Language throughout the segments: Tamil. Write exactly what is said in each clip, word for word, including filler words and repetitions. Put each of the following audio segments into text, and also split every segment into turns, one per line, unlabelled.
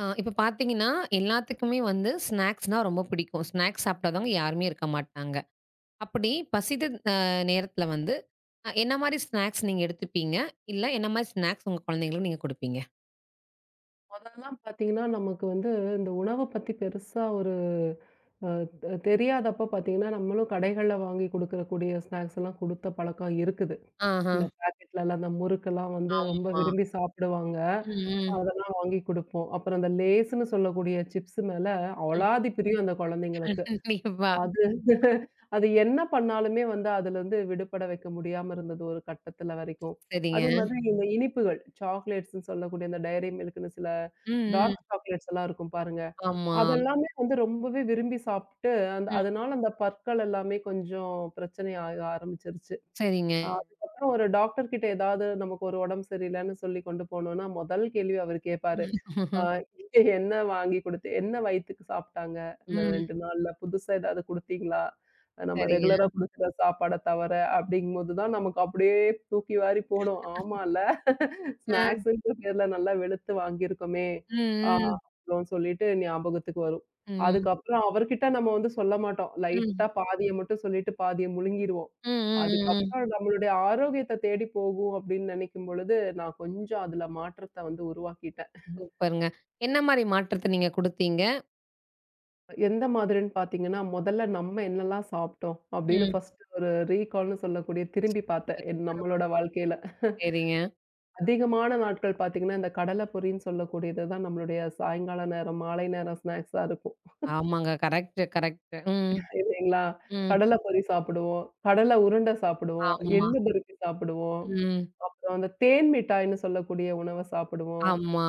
ஆ இப்ப பார்த்தீங்கன்னா, எல்லாத்துக்குமே வந்து ஸ்நாக்ஸ்னா ரொம்ப பிடிக்கும். ஸ்நாக்ஸ் சாப்பிடாதவங்க யாருமே இருக்க மாட்டாங்க. அப்படி பசித்த அ நேரத்தில வந்து, அ என்ன மாரி ஸ்நாக்ஸ் நீங்க எடுத்துப்பீங்க? இல்ல என்ன மாரி ஸ்நாக்ஸ் உங்க குழந்தைங்களுக்கு நீங்க குடுப்பீங்க?
மொதல்லாம் பார்த்தீங்கன்னா, நமக்கு வந்து இந்த உணவ பத்தி பெருசா ஒரு அ த தெரியாதப்ப பார்த்தீங்கன்னா, நம்மளும் கடைகள்ல வாங்கி குடுக்கக்கூடிய ஸ்நாக்ஸ் எல்லாம் குடுத்த பழக்கம் இருக்குது.
ஆஹா.
இந்த பாக்கெட்லலாம் அந்த முறுக்கெல்லாம் வந்து ரொம்ப
ஆமா.
விரும்பி சாப்பிடுவாங்க.
ம், ம்.
அதெல்லாம் வாங்கி குடுப்போம். அப்புறம் அந்த லேஸ்ன்னு சொல்லக்கூடிய சிப்ஸ் மேல
ம்.
அவ்ளாதி பிரியம் அந்த குழந்தைங்களுக்கு.
கண்டிப்பா.
அது அது என்ன பண்ணாலுமே வந்து அதுலருந்து விடுபட வைக்க முடியாம இருந்தது ஒரு கட்டத்துல வரைக்கும். அதே
சரிங்க.
மாதிரி இந்த இனிப்புகள், சாக்லேட்ஸ்ன்னு சொல்லக்கூடிய இந்த டைரி மில்க்ன்னு சில
ம்,
டார்க்
ம்.
சாக்லேட்ஸ் எல்லாம் இருக்கும் பாருங்க.
ஆமா.
அதெல்லாமே வந்து ரொம்பவே விரும்பி சாப்ட்டு, அந்த
ம்.
அதனால அந்த பற்கள் எல்லாமே கொஞ்சம் பிரச்சனை ஆக ஆரம்பிச்சிருச்சு.
சரிங்க.
அ அதுக்கப்புறம் ஒரு டாக்டர் கிட்ட ஏதாவது நமக்கு ஒரு உடம்பு சரியில்லன்னு சொல்லி கொண்டு போனோம்னா, முதல் கேள்வி அவரு கேப்பாரு. ஆ
ம்.
என்ன வாங்கி குடுத்து என்ன வயித்துக்கு சாப்ட்டாங்க? இந்த
ம்,
ரெண்டு நாள்ல புதுசா ஏதாவது குடுத்தீங்களா? நம்ம
சரிங்க.
ரெகுலரா குடுக்குற சாப்பாட தவர அப்டிங்கும்போது தான் நமக்கு அப்டியே தூக்கி வாரி போடும். ஆமால்ல
அ.
ஸ்நாக்ஸ்ன்ற பேர்ல நல்லா வெளுத்து வாங்கியிருக்கோமே! ஆ
ம், ம்.
அப்டின்னு சொல்லிட்டு ஞாபகத்துக்கு வரும்.
ம்.
அதுக்கப்புறம் அவர்கிட்ட நம்ம வந்து சொல்ல மாட்டோம். லைட்டா
ம்.
பாதிய மட்டும் சொல்லிட்டு பாதிய முழுங்கிருவோம்.
ம், ம், ம்,
அதுக்கப்புறம்
ம்.
நம்மளுடைய ஆரோக்கியத்த தேடி போகும் அப்டின்னு நெனைக்கும் பொழுது, நான் கொஞ்சம் அதுல மாற்றத்த வந்து உருவாக்கிட்டேன்.
சூப்பருங்க. என்ன மாரி மாற்றத்த நீங்க குடுத்தீங்க?
எந்த மாதிரின்னு பார்த்தீங்கன்னா, முதல்ல நம்ம என்னலாம் சாப்பிட்டோம் அப்படின்னு
ம்.
ஃபர்ஸ்ட்டு ஒரு ரீகால்ன்னு சொல்லக்கூடிய திரும்பி பார்த்தேன்.
சூப்பர்.
என் நம்மளோட வாழ்க்கையில.
சரிங்க.
அதிகமான நாட்கள் பார்த்தீங்கன்னா, இந்த கடலை பொரின்னு சொல்லக்கூடியது தான் நம்மளுடைய சாயங்கால நேரம், மாலை நேரம் ஸ்நாக்ஸா இருக்கும்.
ஆமாங்க. Correct, correct. ம்,
இல்லைங்களா?
ம்.
கடலை பொரி சாப்பிடுவோம், கடலை உருண்டை சாப்பிடுவோம்,
ஆமா.
எள்ளு பருப்பி சாப்பிடுவோம்,
ம்.
அப்புறம் அந்த தேன் மிட்டாய்ன்னு சொல்லக்கூடிய உணவ சாப்பிடுவோம்.
ஆமா.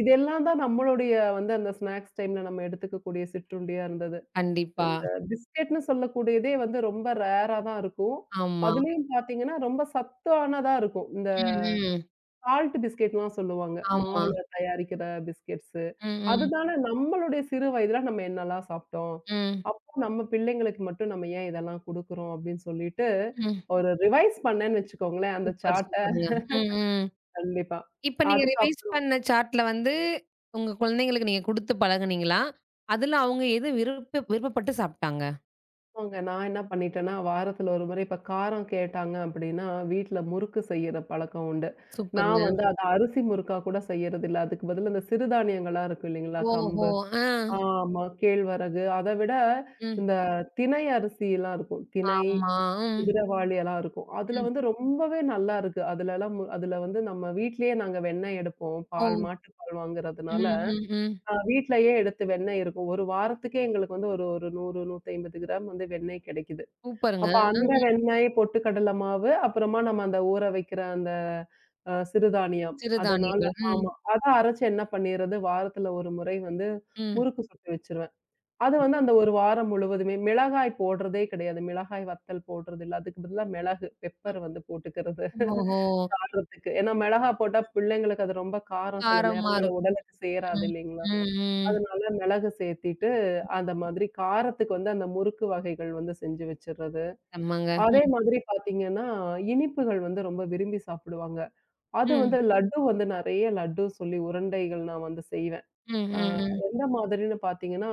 இதெல்லாம் தான் நம்மளுடைய வந்து அந்த ஸ்நாக்ஸ் டைம்ல நம்ம எடுத்துக்கக்கூடிய சிற்றுண்டியா இருந்தது.
கண்டிப்பா.
இந்த பிஸ்கட்ன்னு சொல்லக்கூடியதே வந்து ரொம்ப ரேரா தான் இருக்கும்.
ஆமா.
அதுலயும் பார்த்தீங்கன்னா, ரொம்ப சத்தானதா இருக்கும். இந்த
ம், ம்.
சால்ட் பிஸ்கட்லாம் சொல்லுவாங்க.
ஆமா.
மாவுல தயாரிக்கிற பிஸ்கட்ஸு.
ம், ம்.
அதுதான நம்மளுடைய சிறு வயதில நம்ம என்னலாம் சாப்பிட்டோம்?
ம்,
அப்போ நம்ம பிள்ளைங்களுக்கு மட்டும் நம்ம ஏன் இதெல்லாம் குடுக்குறோம்? அப்படின்னு சொல்லிட்டு,
ம்.
ஒரு ரிவைஸ் பண்ணேன்னு வச்சுக்கோங்களேன், அந்த
சூப்பர்,
சார்ட்ட.
சூப்பருங்க. ம், ம்.
கண்டிப்பா.
இப்ப நீங்க
அதுக்கப்
ரிவைஸ் பண்ண சார்ட்ல வந்து, உங்க குழந்தைங்களுக்கு நீங்க குடுத்து பழகுனீங்களா? அதுல அவங்க எது விருப்ப விருப்பப்பட்டு சாப்ட்டாங்க?
ஆமாங்க. நான் என்ன பண்ணிட்டேன்னா, வாரத்துல ஒரு முறை இப்ப காரம் கேட்டாங்க அப்படின்னா, வீட்ல முறுக்கு செய்யிற பழக்கம் உண்டு. நான்
சூப்பருங்க.
வந்து அத அரிசி முறுக்கா கூட செய்யறதில்ல. அதுக்கு பதிலா இந்த சிறுதானியங்களா இருக்கும் இல்லைங்களா?
ஓஹோ!
கம்பு,
ஆ.
ஆமா, கேழ்வரகு, அத விட
ம்.
இந்த திணை அரிசிலாம் இருக்கும். திணை,
ஆமா. ம்,
குதிரவாளி எல்லாம் இருக்கும். அதுல
ம்.
வந்து ரொம்பவே நல்லா இருக்கு. அதுலலாம் மு அதுல வந்து நம்ம வீட்லயே நாங்க வெண்ணெய் எடுப்போம்.
ஓ!
பால் மாட்டுப்பால்
ம்,
வாங்குறதுனால,
ம், ம்.
அ வீட்லயே எடுத்து வெண்ணெய் இருக்கும். ஒரு வாரத்துக்கே எங்களுக்கு வந்து ஒரு ஒரு நூறு, நூற்று ஐம்பது கிராம் வந்து வெண்ணெய் கிடைக்குது.
சூப்பருங்க.
அப்ப அந்த
ம்.
வெண்ணெய், பொட்டுக்கடல மாவு, அப்புறமா நம்ம அந்த ஊற வைக்கிற அந்த அ சிறுதானியம். அதனால
சிறுதானியங்கள்.
ஆமா. அத அரைச்சு என்ன பண்ணிறது, வாரத்துல ஒரு முறை வந்து
ம்,
முறுக்கு சுட்டு வச்சுருவேன். அது
ம்.
வந்து அந்த ஒரு வாரம் முழுவதுமே மிளகாய் போடுறதே கிடையாது. மிளகாய் வத்தல் போடுறது இல்ல. அதுக்கு பதிலா மிளகு, பெப்பர் வந்து போட்டுக்கிறது
ஓஹோ!
காரத்துக்கு. ஏன்னா மிளகா போட்டா பிள்ளைங்களுக்கு அது ரொம்ப காரம் சில
காரமா
நேரங்கள்ல
இருக்கும்.
உடலுக்கு சேராது
ம்.
இல்லைங்களா?
ம், ம்.
அதனால மிளகு சேர்த்திட்டு, அந்த மாதிரி காரத்துக்கு வந்து அந்த முறுக்கு வகைகள் வந்து செஞ்சு வச்சுறது.
செம்மங்க.
அதே
ம்,
மாதிரி பாத்தீங்கன்னா, இனிப்புகள் வந்து ரொம்ப விரும்பி சாப்பிடுவாங்க. அது வந்து
ம்,
லட்டு வந்து நெறைய லட்டு சொல்லி உருண்டைகள் நான் வந்து செய்வேன்.
ம்,
ஆ
ம், ம்.
எந்த மாதிரின்னு பாத்தீங்கன்னா,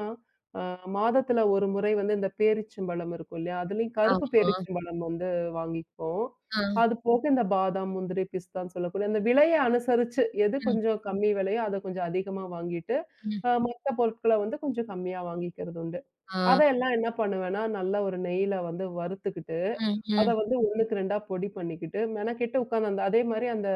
ஆ மாதத்துல ஒரு முறை வந்து இந்த பேரிச்சம்பழம் இருக்கும் இல்லையா? அதுலயும் கருப்பு
ஆமா.
பேரிச்சம்பழம் வந்து வாங்கிக்குவோம்.
ஆ,
அது போக இந்த பாதாம், முந்திரி, பிஸ்தான்னு சொல்லக்கூடிய அந்த விலைய அனுசரிச்சு எது
ம்,
கொஞ்சம் கம்மி விலையோ, அத கொஞ்சம் அதிகமா வாங்கிட்டு,
ம்.
அ மத்த பொருட்கள வந்து கொஞ்சம் கம்மியா வாங்கிக்கிறது உண்டு.
ஆ,
அதெல்லாம் என்ன பண்ணுவேன்னா, நல்லா ஒரு நெய்யில வந்து வறுத்துக்கிட்டு,
ம்,
அத
ம்.
வந்து ஒண்ணுக்கு ரெண்டா பொடி பண்ணிக்கிட்டு, மெனக்கெட்டு உட்காந்து அந்த அதே மாரி அந்த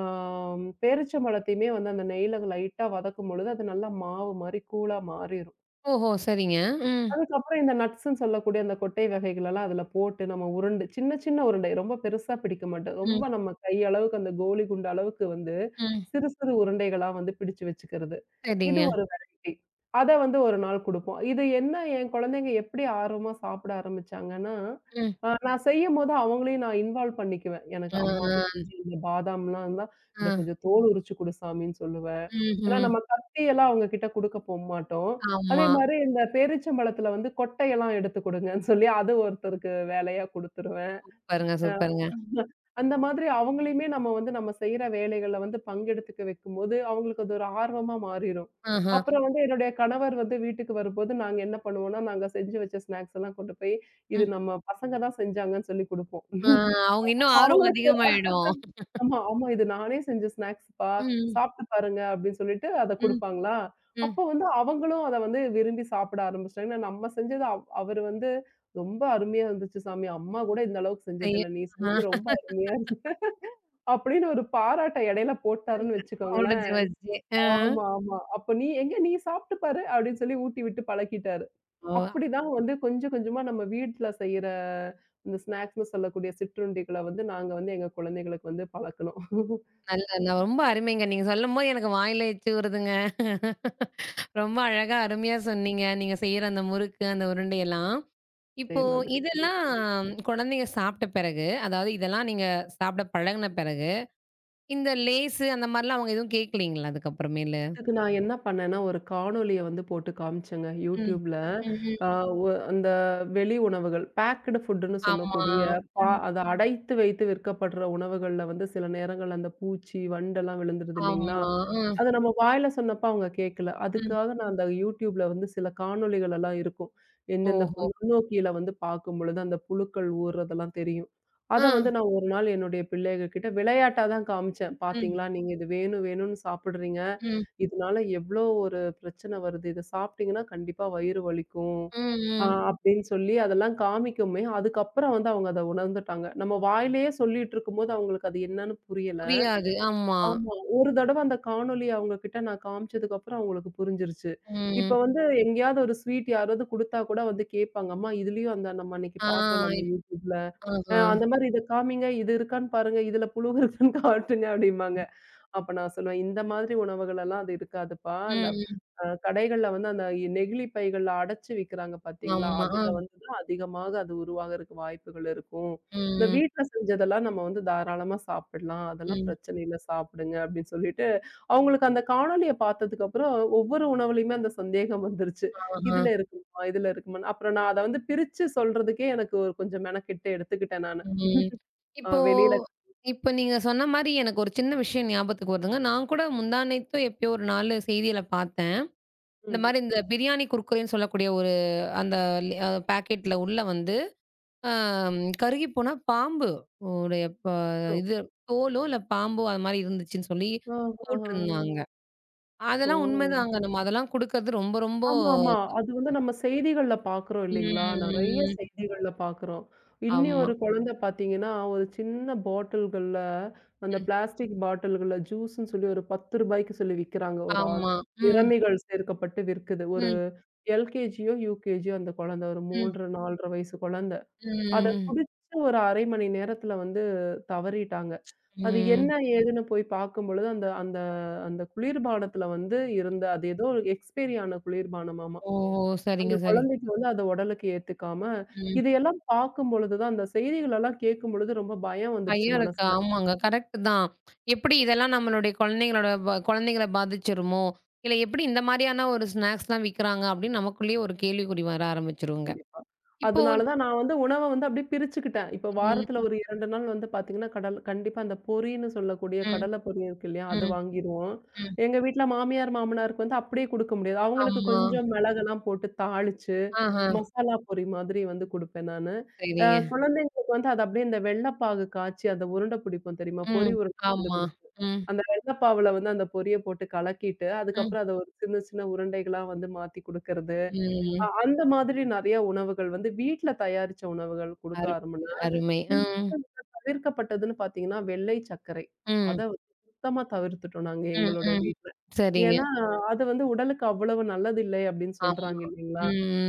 ஆம் பேரிச்சம்பழத்தையுமே வந்து அந்த நெய்யில லைட்டா வதக்கும் பொழுது, அது நல்லா மாவு மாரி கூழா மாறிரும்.
ஓஹோ! சரிங்க. ம்,
அதுக்கப்புறம் இந்த நட்ஸ்ன்னு சொல்லக்கூடிய அந்த கொட்டை வகைகளெல்லாம் அதுல போட்டு நம்ம உருண்டு சின்ன சின்ன உருண்டை, ரொம்ப பெருசா பிடிக்க மாட்டோம். ரொம்ப
ம்,
நம்ம கை அளவுக்கு அந்த கோலி குண்டு அளவுக்கு வந்து
ம்.
சிறு சிறு உருண்டைகளா வந்து பிடிச்சு வச்சுக்கிறது. இது
சரிங்க.
ஒரு வெரைட்டி. அத வந்து ஒரு நாள் குடுப்போம். இது என்ன என் குழந்தைங்க எப்படி ஆர்வமா சாப்பிட ஆரம்பிச்சாங்கன்னா,
ம்.
அ நான் செய்யும்போது அவங்களையும் நான் இன்வால்வ் பண்ணிக்குவேன். எனக்கு
ஆ,
அம்மாவுக்கு
ஆ,
கொஞ்சம் இந்த பாதாம்லாம் இருந்தா, "இத
ஆ.
கொஞ்சம் தோல் உரிச்சு குடு சாமின்னு" சொல்லுவேன். ஏன்னா
ம்ஹ்ம்.
நம்ம கத்தியெல்லாம் அவங்க கிட்ட குடுக்க போமாட்டோம். அதே
ஆமா.
மாரி இந்த பேரீச்சம்பழத்தில வந்து கொட்டையெல்லாம் எடுத்து குடுங்கன்னு சொல்லி, அது ஒருத்தருக்கு வேலையா குடுத்துருவேன்.
சூப்பருங்க,
அ
சூப்பருங்க.
அந்த மாதிரி அவங்களையுமே நம்ம வந்து நம்ம செய்ற வேலைகள்ல வந்து பங்கெடுத்துக்க வைக்கும்போது, அவங்களுக்கு அது ஒரு ஆர்வமா மாறிரும்.
ஆஹ.
அப்புறம் வந்து என்னுடைய கணவர் வந்து வீட்டுக்கு வரும்போது, நாங்க என்ன பண்ணுவோம்னா, நாங்க செஞ்சு வச்ச ஸ்நாக்ஸ் எல்லாம் கொண்டு போய், இது
ம்.
நம்ம பசங்க தான் செஞ்சாங்கன்னு சொல்லி குடுப்போம்.
ஆ அவங்க இன்னும் ஆர்வம்
அவங்களுக்கு
அதிகமாயிடும்.
ஆமா, ஆமா. இது நானே செஞ்ச ஸ்நாக்ஸ்ப்பா.
ம்,
சாப்பிட்டு பாருங்க அப்படின்னு சொல்லிட்டு அத
ம்,
குடுப்பாங்களா,
ம்.
அப்போ வந்து அவங்களும் அத வந்து விரும்பி சாப்பிட ஆரம்பிச்சுட்டாங்க. ஏன்னா நம்ம செஞ்சது அவ் அவரு வந்து "ரொம்ப அருமையா இருந்துச்சு சாமி. அம்மா கூட இந்த அளவுக்கு
செய்ய
செஞ்சதில்ல. நீ செஞ்சது
ஆஹ.
ரொம்ப அருமையா இருந்துச்சு" அப்படின்னு ஒரு பாராட்ட இடையில போட்டாருன்னு
அவங்களோட ஜி
வச்சுக்கோங்களேன்.
வச்சு. ஆ.
ஆமா, ஆமா. அப்ப "நீ எங்க நீ சாப்பிட்டு பாரு" அப்படின்னு சொல்லி ஊட்டி விட்டு பழக்கிட்டாரு.
ஓ!
அப்படிதான் வந்து கொஞ்சம் கொஞ்சமா நம்ம வீட்ல செய்ற இந்த ஸ்நாக்ஸ்ன்னு சொல்லக்கூடிய சிற்றுண்டிகள வந்து நாங்க வந்து எங்க குழந்தைகளுக்கு வந்து பழக்குனோம்.
நல்ல நான் ரொம்ப அருமைங்க. நீங்க சொல்லும்போது எனக்கு வாயில எச்சி ஊறுதுங்க. ரொம்ப அழகா, அருமையா சொன்னீங்க. நீங்க செய்ற அந்த முறுக்கு, அந்த உருண்டையெல்லாம்.
அதே
இப்போ
மாதிரி. ம்.
இதெல்லாம் குழந்தைங்க சாப்பிட்ட பிறகு, அதாவது இதெல்லாம் நீங்க சாப்பிட பழகுன பிறகு, இந்த லேஸு அந்த மாரிலாம் அவங்க எதுவும் கேட்கலீங்களா அதுக்கப்புறமேலு?
அதுக்கு நான் என்ன பண்ணேன்னா, ஒரு காணொளிய வந்து போட்டு காமிச்சேங்க
ம்.
YouTubeல.
ம்ஹ்ம்.
ஆ ஒ அந்த வெளி உணவுகள், பேக்டு ஃபுட்டுன்னு
ஆமா.
சொல்லக்கூடிய பா
ம்.
அத அடைத்து வைத்து விற்கப்படுற உணவுகள்ல வந்து சில நேரங்கள்ல அந்த பூச்சி, வண்டெல்லாம் விழுந்துருது இல்லைங்களா?
ஆமா. ம்.
அத நம்ம வாயில சொன்னப்ப அவங்க கேட்கல.
ம்.
அதுக்காக நான் அந்த YouTubeல வந்து சில காணொளிகள் எல்லாம் இருக்கும். எந்தெந்த பு
ஓஹோ!
நுண்ணோக்கியில வந்து பார்க்கும்பொழுது, அந்த புழுக்கள் ஊர்றதெல்லாம் தெரியும்.
ஆ.
அத வந்து நான் ஒரு நாள் என்னுடைய பிள்ளைககிட்ட விளையாட்டா தான் காமிச்சேன்.
ம்.
"பார்த்தீங்களா, நீங்க இது வேணும் வேணும்னு சாப்பிடுறீங்க.
ம்.
இதனால எவ்ளோ ஒரு பிரச்சனை வருது. இத சாப்பிட்டீங்கன்னா கண்டிப்பா வயிறு வலிக்கும்."
ம்.
ஆ
ம்.
அப்படின்னு சொல்லி அதெல்லாம் காமிக்கவுமே, அதுக்கப்புறம் வந்து அவங்க அத உணர்ந்துட்டாங்க. நம்ம வாயிலேயே சொல்லிட்டு இருக்கும்போது அவங்களுக்கு அது என்னன்னு புரியல.
புரியாது. ஆமா.
ஆமா. ஒரு தடவ அந்த காணொளிய அவங்க கிட்ட நான் காமிச்சதுக்கு அப்புறம் அவங்களுக்கு புரிஞ்சிருச்சு. இப்ப
ம்.
வந்து எங்கேயாவது ஒரு ஸ்வீட் யாராவது குடுத்தா கூட வந்து கேட்பாங்க. அம்மா இதுலயும் அந்த நம்ம அன்னைக்கு
ஆ.
பார்த்தோம்ல அந்த
இப்
YouTubeல. அ
ஆஹா.
அந்த மாரி இத காமிங்க. இது இருக்கான்னு பாருங்க. இதுல புழு இருக்கான்னு காட்டுங்க அப்டிம்பாங்க. அப்ப நான் சொல்லுவேன், "இந்த மாதிரி உணவுகள் எல்லாம் அது இருக்காதுப்பா. அந்த
ம்.
அ கடைகள்ல வந்து அந்த நெகிழி பைகள்ல அடைச்சு விக்கிறாங்க பார்த்தீங்களா?
ஆமா. ஆ.
அதுல வந்து தான் அதிகமாக அது உருவாகறக்கு வாய்ப்புகள் இருக்கும். இந்த
ம்.
வீட்ல செஞ்சதெல்லாம் நம்ம வந்து தாராளமா சாப்பிடலாம். அதெல்லாம்
ம்.
பிரச்சனை இல்ல. சாப்பிடுங்க." அப்படின்னு சொல்லிட்டு, அவங்களுக்கு அந்த காணொளிய பார்த்ததுக்கப்புறம் ஒவ்வொரு உணவுலயுமே அந்த சந்தேகம் வந்துருச்சு.
ஆஹா.
இதுல இருக்குமா? இதுல இருக்குமான்னு. அப்புறம் நான் அத வந்து பிரிச்சு சொல்றதுக்கே எனக்கு ஒரு கொஞ்சம் மெனக்கெட்டு எடுத்துக்கிட்டேன் நானு.
ம்.
அ
இப்போ
வெளியில
இப்போ நீங்க சொன்ன மாரி எனக்கு ஒரு சின்ன விஷயம் ஞாபகத்துக்கு வருதுங்க. நான் கூட முந்தா நேத்தோ எப்பயோ ஒரு நாளு செய்தியில பார்த்தேன். இந்த
ம்.
மாரி இந்த பிரியாணி குர்குரேன்னு சொல்லக்கூடிய ஒரு அந்த லி அ பாக்கெட்ல உள்ள வந்து அம் கருகி போன பாம்பு உடைய ப
ம்.
இது தோலோ இல்ல பாம்போ அது மாரி இருந்துச்சுன்னு சொல்லி
ஓ! ஆஹஹ.
போட்டிருந்தாங்க.
ஓ!
அதெல்லாம் உண்மைதாங்க. நம்ம அதெல்லாம் குடுக்கறது ரொம்ப ரொம்ப
ஆமாமா. அது வந்து நம்ம செய்திகள்ல பார்க்குறோம் இல்லைங்களா? நெறைய
ம்.
செய்திகள்ல பார்க்குறோம். இன்னி
ஆமா.
ஒரு குழந்தை பார்த்தீங்கன்னா, ஒரு சின்ன பாட்டில்கள்ல அந்த
ம்.
பிளாஸ்டிக் பாட்டில்கள்ல ஜூஸ்ன்னு சொல்லி ஒரு பத்து ரூபாய்க்கு சொல்லி விக்கிறாங்க. ஒரு ஆ
ஆமா. ம்.
நிறமிகள் சேர்க்கப்பட்டு விற்குது. ஒரு
ம்.
எல்கேஜியோ, யூகேஜியோ அந்த குழந்தை. ஒரு
ம்.
மூன்று, நாலு அரை வயசு குழந்தை. அத
ம்.
குடிச்சு ஒரு அரை மணி நேரத்துல வந்து தவறிட்டாங்க. அது என்ன
ம்.
ஏதுன்னு போய் பார்க்கும் பொழுது அந்த அந்த அந்த குளிர்பானத்துல வந்து இருந்த அது ஏதோ எக்ஸ்பைரி ஆன குளிர்பானமாம்.
ஓ!
அந்த
சரிங்க, சரி.
குழந்தைக்கு வந்து அது உடலுக்கு ஏத்துக்காம,
ம்.
இதையெல்லாம் பார்க்கும் பொழுது தான் அந்த செய்திகள் எல்லாம் கேட்கும் பொழுது ரொம்ப பயம் வந்துருச்சு
பயம் இருக்கு.
மனசுல.
ஆமாங்க. கரெக்ட் தான். எப்படி இதெல்லாம் நம்மளுடைய குழந்தைங்களோட ப குழந்தைங்கள பாதிச்சிருமோ? இல்ல எப்படி இந்த மாரியான ஒரு ஸ்நாக்ஸ்லாம் விக்கிறாங்க அப்படின்னு நமக்குள்ளேயே ஒரு கேள்விக்குறி வர ஆரம்பிச்சுருங்க.
கண்டிப்பா.
இப்போ
அதனால தான் நான் வந்து உணவ வந்து அப்படியே பிரிச்சுக்கிட்டேன். இப்ப
ம்,
வாரத்துல ஒரு இரண்டு நாள் வந்து பார்த்தீங்கன்னா, கடல் கண்டிப்பா அந்த பொரின்னு சொல்லக்கூடிய
ம்,
கடல பொரி இருக்கு இல்லையா? அது
ம்,
வாங்கிருவோம்.
ம்.
எங்க வீட்ல மாமியார், மாமனாருக்கு வந்து அப்படியே குடுக்க முடியாது. அவங்களுக்கு
ஆமா.
கொஞ்சம் மிளகெல்லாம் போட்டு தாளிச்சு,
ஆஹா.
மசாலா பொரி மாதிரி வந்து குடுப்பேன் நானு. அ
சரிங்க.
குழந்தைங்களுக்கு வந்து அது அப்படியே இந்த வெள்ளப்பாகு காய்ச்சி அந்த உருண்டை பிடிப்போம் தெரியுமா?
ம்.
பொரி உருண்டை வந்து
ஆமா.
குடுப்போம்.
ம்,
அந்த வெள்ளப்பாவுல வந்து அந்த பொரிய போட்டு கலக்கிட்டு,
ம்,
அதுக்கப்புறம் அத ஒரு சின்ன சின்ன உருண்டைகளா வந்து மாத்தி குடுக்கறது. அ
ம்.
அந்த மாதிரி நெறைய உணவுகள் வந்து வீட்ல தயாரிச்ச உணவுகள் குடுக்க
அருமை,
ஆரம்பிச்சேன்.
அருமை. ம்,
தவிர்க்கப்பட்டதுன்னு பார்த்தீங்கன்னா, வெள்ளை சர்க்கரை. அத
ம்,
வந்து சுத்தமா தவிர்த்துட்டோம் நாங்க
ம்,
எங்களோட
ம்.
வீட்ல.
சரிங்க.
ஏன்னா, அது வந்து உடலுக்கு அவ்வளவு நல்லதில்லை அப்படின்னு
ஆமா.
சொல்றாங்க இல்லைங்களா?
ம்,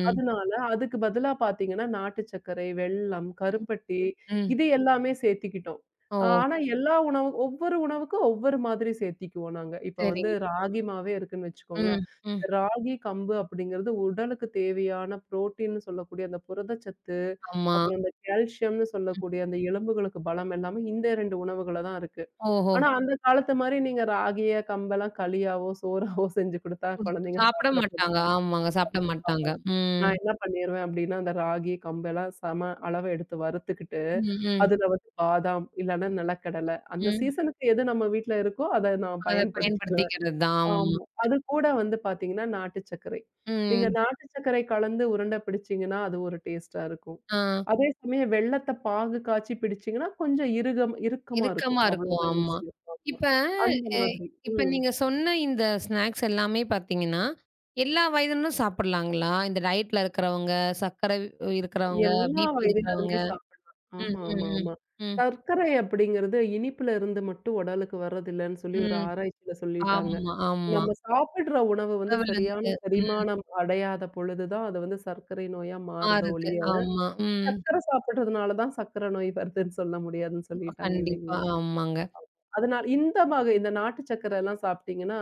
ம்.
அதனால அதுக்கு பதிலா பார்த்தீங்கன்னா, நாட்டு சர்க்கரை, வெல்லம்,
ம்,
கருப்பட்டி
ம்.
இது எல்லாமே சேர்த்துக்கிட்டோம்.
ஓ!
அ ஆனா எல்லா உணவு ஒவ்வொரு உணவுக்கும் ஒவ்வொரு மாதிரி சேர்த்திக்குவோம் நாங்க. இப்ப வந்து
சரிங்க.
ராகி மாவே இருக்குன்னு வச்சுக்கோங்களேன்.
ம். ம்.
ராகி, கம்பு அப்படிங்கிறது உடலுக்கு தேவையான புரோட்டீன்னு சொல்லக்கூடிய அந்த புரதச்சத்து
ஆமா.
அப்புறம் இந்த கால்சியம்னு சொல்லக்கூடிய அந்த எலும்புகளுக்கு பலம் எல்லாமே இந்த இரண்டு உணவுகள்ல தான் இருக்கு.
ஓஹோ!
ஆனா அந்த காலத்து மாரி நீங்க ராகிய, கம்பெல்லாம் களியாவோ, சோறாவோ செஞ்சு குடுத்தா
குடு
குழந்தைங்க
சாப்பிட
சாப்பிட
மாட்டாங்க.
போறாங்க.
ஆமாங்க. சாப்பிட
கண்டிப்பா.
மாட்டாங்க. ம்.
நான் என்ன பண்ணிருவேன் அப்டின்னா, அந்த ராகி, கம்பெல்லாம் சம அளவு எடுத்து வறுத்துக்கிட்டு,
ம், ம்,
அதுல வந்து பாதாம் இல்லன்னா நிலக்கடல அந்த
ம்.
சீசனுக்கு எது நம்ம வீட்ல இருக்கோ, அத நான்
அத
பயன்படுத்தி
பயன்படுத்திக்கிறது தான். ஆமா.
ஆமா. அது கூட வந்து பாத்தீங்கன்னா, நாட்டு சர்க்கரை. நீங்க
ம்.
நாட்டு சர்க்கரை கலந்து உருண்ட பிடிச்சீங்கன்னா, அது ஒரு டேஸ்ட்டா இருக்கும்.
ஆ.
அதே சமயம் வெல்லத்த பாகு காய்ச்சி பிடிச்சீங்கன்னா, கொஞ்சம் இறுகம் இறுக்கமா இருக்கும்.
இறுக்கமா இருக்கும்.
அவ்வளோதான்
ஆமா.
விஷயம். ஆமா.
இப்ப
அந்த
எ
மாதிரி.
இப்ப
ம்.
நீங்க சொன்ன இந்த ஸ்நாக்ஸ் எல்லாமே பார்த்தீங்கன்னா, எல்லா வயதினரும் சாப்பிடலாங்களா? இந்த டயட்ல இருக்கிறவங்க, சர்க்கரை இருக்கிறவங்க,
எல்லா
பிபி இருக்கிறவங்க.
வயதினருமே சாப்பிடலாம்.
ம்,
ஆமா,
ம்,
ஆமா,
ம்.
ஆமா.
ம்,
சர்க்கரை அப்படிங்கிறது இனிப்புல இருந்து மட்டும் உடலுக்கு வர்றதில்லன்னு சொல்லி ஒரு
ம்.
ஆராய்ச்சியில சொல்லிட்டாங்க.
ஆமா, ஆமா.
நம்ம சாப்பிடுற உணவு வந்து சரியான
அதுலருந்து ம்
செரிமானம் அடையாத பொழுது தான் அது வந்து சர்க்கரை நோயா மாறுதே
மாறுது.
ஒழிய
ஆமா. ம்.
சர்க்கரை சாப்பிடுறதுனால தான் சர்க்கரை நோய் வருதுன்னு சொல்ல முடியாதுன்னு சொல்லிட்டாங்க
கண்டிப்பா.
இல்லைங்களா?
ஆமாங்க.
அதனால இந்த வகை இந்த நாட்டு சர்க்கரை எல்லாம் சாப்பிட்டீங்கன்னா,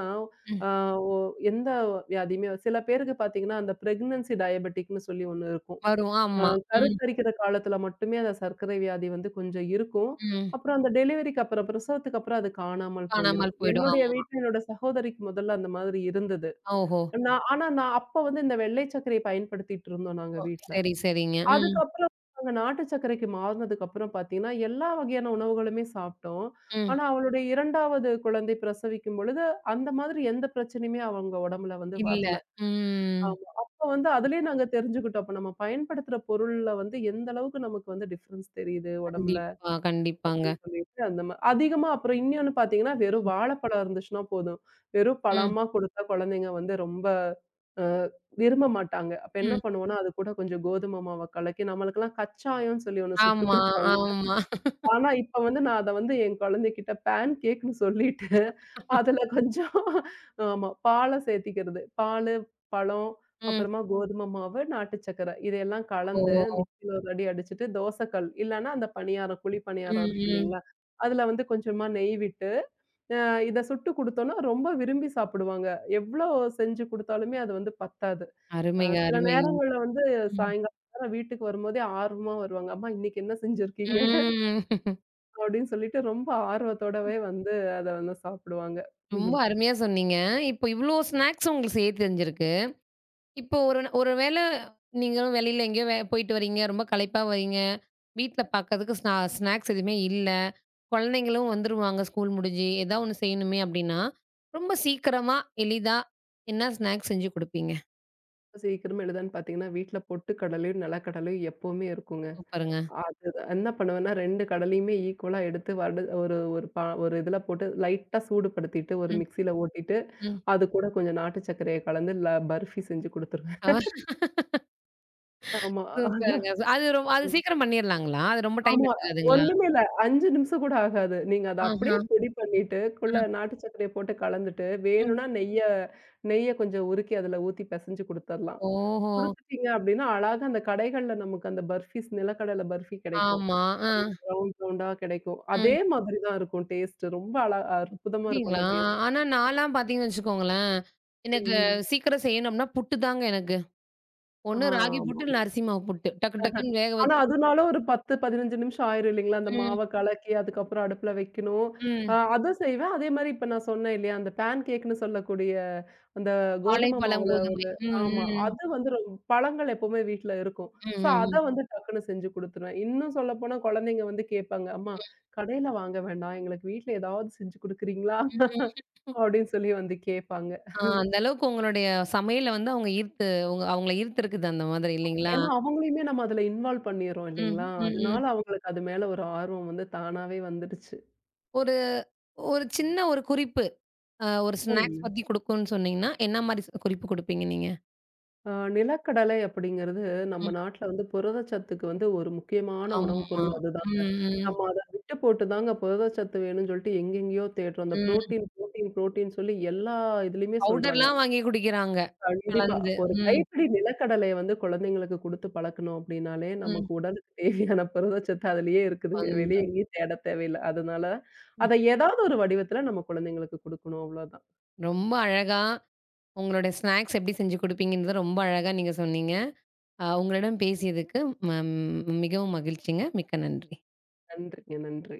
ம்.
ஆ ஒ எந்த வியாதியுமே வ- சில பேருக்கு பார்த்தீங்கன்னா, அந்த பிரெக்னன்சி டயபெட்டிக்ன்னு சொல்லி ஒண்ணு இருக்கும்.
வரும்.
அ
ஆமா. ம்,
கருத்தரிக்கிற காலத்துல மட்டுமே அந்த சர்க்கரை வியாதி வந்து கொஞ்சம் இருக்கும்.
ம்.
அப்புறம் அந்த டெலிவரிக்கு அப்புறம், பிரசவத்துக்கு அப்புறம் அது காணாமல் போயிரும்.
காணாமல் போயிடும்.
என்னுடைய
ஆமா.
வீட்ல என்னோட சகோதரிக்கு முதல்ல அந்த மாதிரி இருந்தது.
ஓஹோ!
நான் ஆனா நான் அப்ப வந்து இந்த வெள்ளை சர்க்கரைய பயன்படுத்திட்டு இருந்தோம் நாங்க
ஓ!
வீட்ல.
சரி, சரிங்க. ம்,
அதுக்கப்புறம் நாங்க நாட்டு சர்க்கரைக்கு மாறுனதுக்கப்புறம் பார்த்தீங்கன்னா, எல்லா வகையான உணவுகளுமே சாப்பிட்டோம்.
ம்.
ஆனா, அவளுடைய இரண்டாவது குழந்தை பிரசவிக்கும் பொழுது, அந்த மாதிரி எந்த பிரச்சனையுமே அவங்க உடம்புல வந்து
இல்ல.
வரல.
ம்.
ஆமா. அப்ப வந்து அதிலயே நாங்க
சூப்பர்.
தெரிஞ்சுக்கிட்டோம். அப்ப நம்ம பயன்படுத்துற பொருள்ல வந்து எந்த அளவுக்கு நமக்கு வந்து டிஃபரன்ஸ் தெரியுது உடம்புல.
கண்டிப்பா,
அப்படின்னு
கண்டிப்பாங்க.
சொல்லிட்டு அந்த மா அதிகமா அப்புறம் இன்னொன்னு பார்த்தீங்கன்னா, வெறும்
ம்,
வாழைப்பழம் இருந்துச்சுன்னா போதும். வெறும்
ம்,
பழமா குடுத்தா குழந்தைங்க வந்து ரொம்ப அ விரும்ப மாட்டாங்க. அப்ப என்ன
ம்.
பண்ணுவோம்னா, அது கூட கொஞ்சம் கோதுமை மாவ கலக்கி நம்மளுக்கெல்லாம் கச்சாயம்ன்னு சொல்லி ஒண்ணு சுட்டு
ஆமா,
குடுப்பாங்க.
ஆமா.
ஆனா, இப்ப வந்து நான் அத வந்து என் குழந்தைகிட்ட பேன் கேக்ன்னு சொல்லிட்டு, அதுல கொஞ்சம் ஆமா பால சேர்த்திக்கிறது. பாலு, பழம்,
ம்.
அப்புறமா கோதுமை மாவு, நாட்டு சர்க்கரை இதையெல்லாம் கலந்து
ஓ!
மிக்ஸில ஒரு அடி அடிச்சுட்டு, தோசை கல் இல்லன்னா அந்த பணியாரம், குழி
ம்,
பணியாரம் இருக்கு
ம்.
இல்லைங்களா? அதுல வந்து கொஞ்சமா நெய் விட்டு, அ இத சுட்டு குடுத்தோம்னா ரொம்ப விரும்பி சாப்பிடுவாங்க. எவ்ளோ செஞ்சு குடுத்தாலுமே அது வந்து பத்தாது. அ
அருமைங்க,
சில
அருமைங்க.
நேரங்கள்ல வந்து
ம்.
சாயங்காலம் வீட்டுக்கு வரும்போதே ஆர்வமா வருவாங்க. "அம்மா இன்னைக்கு என்ன செஞ்சிருக்கீங்க?"
ம்.
அப்படின்னு சொல்லிட்டு ரொம்ப ஆர்வத்தோடவே வந்து அத வந்து சாப்பிடுவாங்க.
ரொம்ப அருமையா சொன்னீங்க. இப்போ இவ்ளோ ஸ்நாக்ஸ் உங்களுக்கு செய்ய தெரிஞ்சிருக்கு. இப்போ ஒரு ந ஒரு வேள நீங்களும் வெளியில எங்கேயோ வே போயிட்டு வரீங்க, ரொம்ப களைப்பா வரீங்க. வீட்ல பாக்கறதுக்கு ஸ்நா ஸ்நாக்ஸ் எதுவுமே இல்ல. குழந்தைங்களும் வந்துருவாங்க ஸ்கூல் முடிஞ்சு. ஏதா ஒண்ணு செய்யணுமே அப்படின்னா, ரொம்ப சீக்கிரமா, எளிதா என்ன ஸ்நாக்ஸ் செஞ்சு குடுப்பீங்க?
சீக்கிரமா எழுதான்னு பார்த்தீங்கன்னா, வீட்ல பொட்டு கடலையும், நிலக்கடலையும் எப்பவுமே இருக்குங்க.
சூப்பருங்க.
அது என்ன பண்ணுவேன்னா ரெண்டு கடலையுமே ஈக்குவலா எடுத்து வடு ஒரு ஒரு பா ஒரு இதுல போட்டு லைட்டா சூடுபடுத்திட்டு, ஒரு
ம்,
மிக்ஸியில ஓட்டிட்டு,
ம்.
அது கூட கொஞ்சம் நாட்டு சர்க்கரைய கலந்து ல பர்ஃபி செஞ்சு குடுத்துருவேன்.
ஆ
ஆமா.
சூப்பருங்க. அது ரொம் அது சீக்கிரம் பண்ணிரலாங்களா? அது ரொம்ப டைம்
ஆமா.
எடுத்துக்காதுங்களா?
ஒண்ணுமே இல்ல. அஞ்சு நிமிஷம் கூட ஆகாது. நீங்க அத அப்படியே
ஆஹா.
பொடி பண்ணிட்டு, குள்ள
ஆ.
நாட்டு சர்க்கரைய போட்டு கலந்துட்டு,
ம்.
வேணும்னா நெய்ய நெய்ய கொஞ்சம் உருக்கி அதுல ஊத்தி பெசஞ்சு குடுத்தரலாம்.
ஓஹோ!
குடுத்துட்டீங்க அப்டின்னா, அழகா அந்த கடைகள்ல நமக்கு அந்த பர்ஃபீஸ் நிலக்கடல பர்ஃபி கிடைக்கும்.
ஆமா. ஆ.
அது ரவுண்ட் ரவுண்டா கிடைக்கும்.
ம்.
அதே மாதிரி தான் இருக்கும் டேஸ்ட்டு. ரொம்ப அழ அற்புதமா இருக்கும்
அப்படிங்களா?
அந்த டேஸ்ட்.
ஆனா நான்லாம் பாத்தீங்கன்னு வச்சுக்கோங்களேன், எனக்கு
ம்ஹ்ம்.
சீக்கிரம் செய்யணும்னா புட்டு தாங்க எனக்கு. ஒண்ணு ராகி
ஆமா.
புட்டு, இல்ல அரிசி மாவு புட்டு. டக்கு டக்குன்னு வேக
ஆனா
வச்சு
அதுனால ஒரு பத்து, பதினஞ்சு நிமிஷம் ஆயிரும் இல்லைங்களா? அந்த
ம்,
மாவ கலக்கி, அதுக்கப்புறம் அடுப்புல வைக்கணும். அ
ம்.
அத செய்வேன். அதே மாரி இப்ப நான் சொன்னேன் இல்லையா? அந்த பேன் கேக்குன்னு சொல்லக்கூடிய அந்த கோதுமை
வாழைப்பழம்,
மாவுல
கோதுமை.
ஒரு
ம்,
ஆமா.
ம்.
அது வந்து ரொம் பழங்கள் எப்பவுமே வீட்ல இருக்கும். ஸோ அத
ம்,
வந்து டக்குனு செஞ்சு குடுத்துருவேன். இன்னும் சொல்லப்போனா குழந்தைங்க வந்து கேட்பாங்க. "அம்மா கடையில வாங்க வேண்டாம். எங்களுக்கு வீட்ல ஏதாவது செஞ்சு குடுக்குறீங்களா?"
ம், ம்.
அப்படின்னு சொல்லி வந்து கேட்பாங்க.
ஆ அந்த அளவுக்கு உங்களுடைய சமையல வந்து அவங்க ஈர்த்து உங்க அவங்கள ஈர்த்திருக்குது அந்த மாதிரி இல்லைங்களா?
ஏன்னா அவங்களையுமே நம்ம அதுல இன்வால்வ் பண்ணிர்றோம்
ம்,
இல்லைங்களா?
ம்,
அதனால
ம்.
அவங்களுக்கு அது மேல ஒரு ஆர்வம் வந்து தானாவே வந்துடுச்சு.
ஒரு ஒரு சின்ன ஒரு குறிப்பு, அ ஒரு ஸ்நாக்ஸ்
சொல்லுங்க.
பத்தி குடுக்கும்ன்னு சொன்னீங்கன்னா, என்ன மாரி ஸ் குறிப்பு குடுப்பீங்க நீங்க?
ஆ, நிலக்கடலை அப்படிங்கிறது நம்ம
ம்.
நாட்டுல வந்து புரதச்சத்துக்கு வந்து ஒரு முக்கியமான
ஆமா.
உணவுப் பொருள்
ம்,
அதுதாங்க.
ம்,
நம்ம அத விட்டு போட்டு தாங்க புரதச்சத்து வேணும்னு சொல்லிட்டு எங்கெங்கேயோ தேடுறோம். அந்த
ம்.
புரோட்டீன், புரோட்டீன், புரோட்டீன் சொல்லி எல்லா இதுலயுமே சொல்றாங்க.
பவுடர்லாம் வாங்கி குடிக்கிறாங்க.
கண்டிப்பா.
கலந்து.
ஒரு
ம்,
கைப்பிடி நிலக்கடலைய வந்து குழந்தைங்களுக்கு குடுத்து பழக்கணும் அப்படின்னாலே,
ம்.
நமக்கு உடலுக்கு தேவையான புரதச்சத்து அதிலயே இருக்குதுங்க. வெளிய
பந்தம்.
எங்கேயும் தேடத் தேவையில்ல. அதனால
ம்.
அத ஏதாவது ஒரு வடிவத்துல நம்ம குழந்தைங்களுக்கு குடுக்கணும் அவ்வளோதான்.
ரொம்ப அழகா உங்களுடைய ஸ்நாக்ஸ் எப்படி செஞ்சு குடுப்பீங்கன்றத ரொம்ப அழகா நீங்க சொன்னீங்க. அ உங்களிடம் பேசியதுக்கு ம மிகவும் மகிழ்ச்சிங்க. மிக்க நன்றி.
நன்றிங்க, நன்றி.